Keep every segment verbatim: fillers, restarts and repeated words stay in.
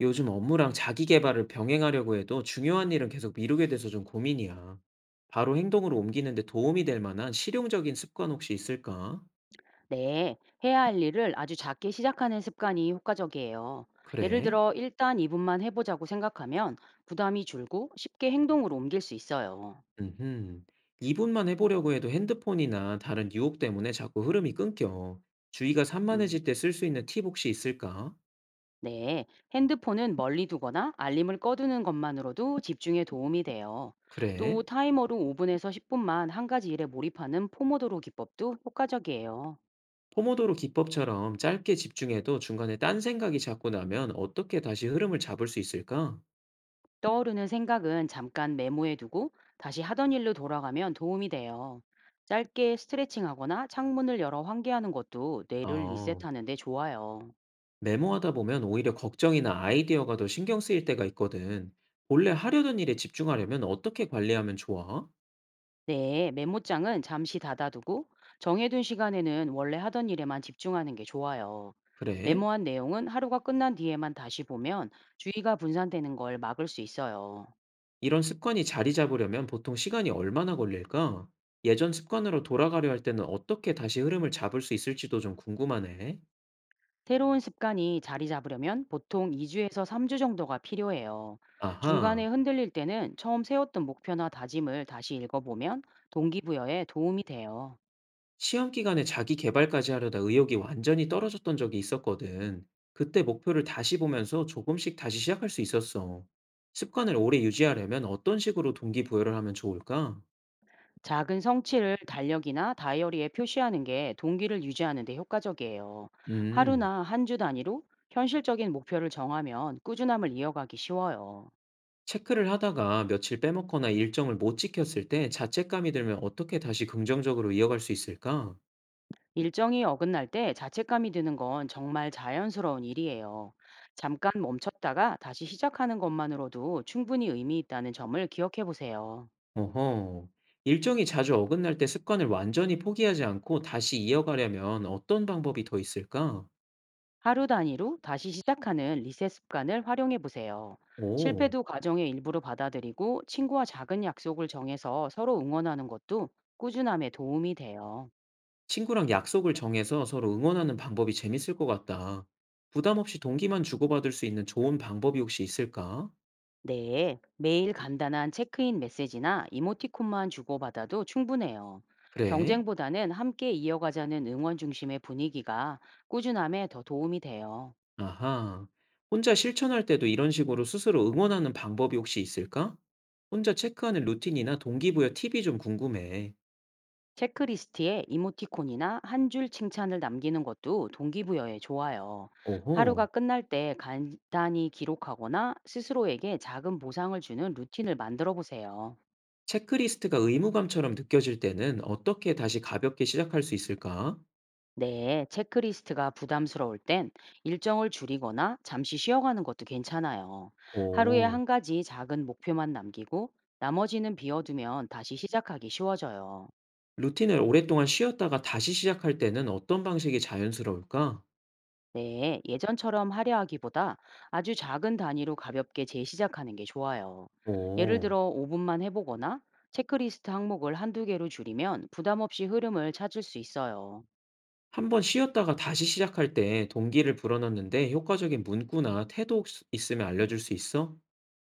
요즘 업무랑 자기 계발을 병행하려고 해도 중요한 일은 계속 미루게 돼서 좀 고민이야. 바로 행동으로 옮기는데 도움이 될 만한 실용적인 습관 혹시 있을까? 네, 해야 할 일을 아주 작게 시작하는 습관이 효과적이에요. 예를 그래. 들어, 일단 이 분만 해보자고 생각하면 부담이 줄고 쉽게 행동으로 옮길 수 있어요. 음흠. 이 분만 해보려고 해도 핸드폰이나 다른 유혹 때문에 자꾸 흐름이 끊겨. 주의가 음, 산만해질 때 쓸 수 있는 팁 혹시 있을까? 네, 핸드폰은 멀리 두거나 알림을 꺼두는 것만으로도 집중에 도움이 돼요. 또 그래. 타이머로 오 분에서 십 분만 한 가지 일에 몰입하는 포모도로 기법도 효과적이에요. 포모도로 기법처럼 짧게 집중해도 중간에 딴 생각이 자꾸 나면 어떻게 다시 흐름을 잡을 수 있을까? 떠오르는 생각은 잠깐 메모해 두고 다시 하던 일로 돌아가면 도움이 돼요. 짧게 스트레칭하거나 창문을 열어 환기하는 것도 뇌를 어. 리셋하는 데 좋아요. 메모하다 보면 오히려 걱정이나 아이디어가 더 신경 쓰일 때가 있거든. 본래 하려던 일에 집중하려면 어떻게 관리하면 좋아? 네, 메모장은 잠시 닫아두고 정해둔 시간에는 원래 하던 일에만 집중하는 게 좋아요. 그래? 메모한 내용은 하루가 끝난 뒤에만 다시 보면 주의가 분산되는 걸 막을 수 있어요. 이런 습관이 자리 잡으려면 보통 시간이 얼마나 걸릴까? 예전 습관으로 돌아가려 할 때는 어떻게 다시 흐름을 잡을 수 있을지도 좀 궁금하네. 새로운 습관이 자리 잡으려면 보통 이 주에서 삼 주 정도가 필요해요. 중간에 아하, 흔들릴 때는 처음 세웠던 목표나 다짐을 다시 읽어보면 동기부여에 도움이 돼요. 시험 기간에 자기 개발까지 하려다 의욕이 완전히 떨어졌던 적이 있었거든. 그때 목표를 다시 보면서 조금씩 다시 시작할 수 있었어. 습관을 오래 유지하려면 어떤 식으로 동기부여를 하면 좋을까? 작은 성취를 달력이나 다이어리에 표시하는 게 동기를 유지하는 데 효과적이에요. 음, 하루나 한 주 단위로 현실적인 목표를 정하면 꾸준함을 이어가기 쉬워요. 체크를 하다가 며칠 빼먹거나 일정을 못 지켰을 때 자책감이 들면 어떻게 다시 긍정적으로 이어갈 수 있을까? 일정이 어긋날 때 자책감이 드는 건 정말 자연스러운 일이에요. 잠깐 멈췄다가 다시 시작하는 것만으로도 충분히 의미 있다는 점을 기억해 보세요. 어허. 일정이 자주 어긋날 때 습관을 완전히 포기하지 않고 다시 이어가려면 어떤 방법이 더 있을까? 하루 단위로 다시 시작하는 리셋 습관을 활용해 보세요. 오, 실패도 과정의 일부로 받아들이고 친구와 작은 약속을 정해서 서로 응원하는 것도 꾸준함에 도움이 돼요. 친구랑 약속을 정해서 서로 응원하는 방법이 재밌을 것 같다. 부담 없이 동기만 주고받을 수 있는 좋은 방법이 혹시 있을까? 네, 매일 간단한 체크인 메시지나 이모티콘만 주고받아도 충분해요. 그래. 경쟁보다는 함께 이어가자는 응원 중심의 분위기가 꾸준함에 더 도움이 돼요. 아하. 혼자 실천할 때도 이런 식으로 스스로 응원하는 방법이 혹시 있을까? 혼자 체크하는 루틴이나 동기부여 팁이 좀 궁금해. 체크리스트에 이모티콘이나 한 줄 칭찬을 남기는 것도 동기부여에 좋아요. 하루가 오호. 끝날 때 간단히 기록하거나 스스로에게 작은 보상을 주는 루틴을 만들어 보세요. 체크리스트가 의무감처럼 느껴질 때는 어떻게 다시 가볍게 시작할 수 있을까? 네, 체크리스트가 부담스러울 땐 일정을 줄이거나 잠시 쉬어가는 것도 괜찮아요. 하루에 오. 한 가지 작은 목표만 남기고 나머지는 비워두면 다시 시작하기 쉬워져요. 루틴을 오랫동안 쉬었다가 다시 시작할 때는 어떤 방식이 자연스러울까? 네, 예전처럼 하려 하기보다 아주 작은 단위로 가볍게 재시작하는 게 좋아요. 예를 오. 들어 오 분만 해보거나 체크리스트 항목을 한두 개로 줄이면 부담 없이 흐름을 찾을 수 있어요. 한번 쉬었다가 다시 시작할 때 동기를 불어넣는데 효과적인 문구나 태도 혹시 있으면 알려줄 수 있어?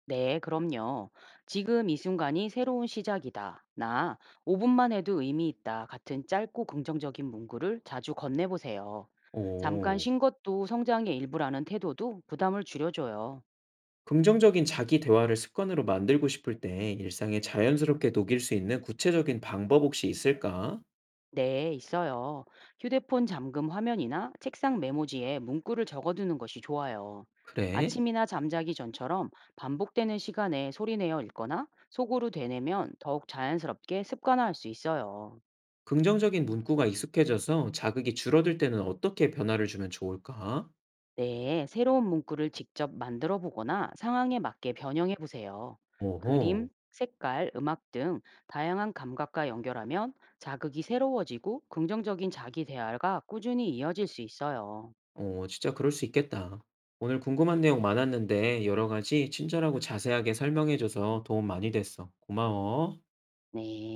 네, 그럼요. 지금 이 순간이 새로운 시작이다. 나 오 분만 해도 의미 있다. 같은 짧고 긍정적인 문구를 자주 건네보세요. 잠깐 오. 쉰 것도 성장의 일부라는 태도도 부담을 줄여줘요. 긍정적인 자기 대화를 습관으로 만들고 싶을 때 일상에 자연스럽게 녹일 수 있는 구체적인 방법 혹시 있을까? 네, 있어요. 휴대폰 잠금 화면이나 책상 메모지에 문구를 적어두는 것이 좋아요. 그래? 아침이나 잠자기 전처럼 반복되는 시간에 소리내어 읽거나 속으로 되뇌면 더욱 자연스럽게 습관화할 수 있어요. 긍정적인 문구가 익숙해져서 자극이 줄어들 때는 어떻게 변화를 주면 좋을까? 네, 새로운 문구를 직접 만들어 보거나 상황에 맞게 변형해 보세요. 그림, 오호, 색깔, 음악 등 다양한 감각과 연결하면 자극이 새로워지고 긍정적인 자기 대화가 꾸준히 이어질 수 있어요. 어, 진짜 그럴 수 있겠다. 오늘 궁금한 내용 많았는데 여러 가지 친절하고 자세하게 설명해줘서 도움 많이 됐어. 고마워. 네.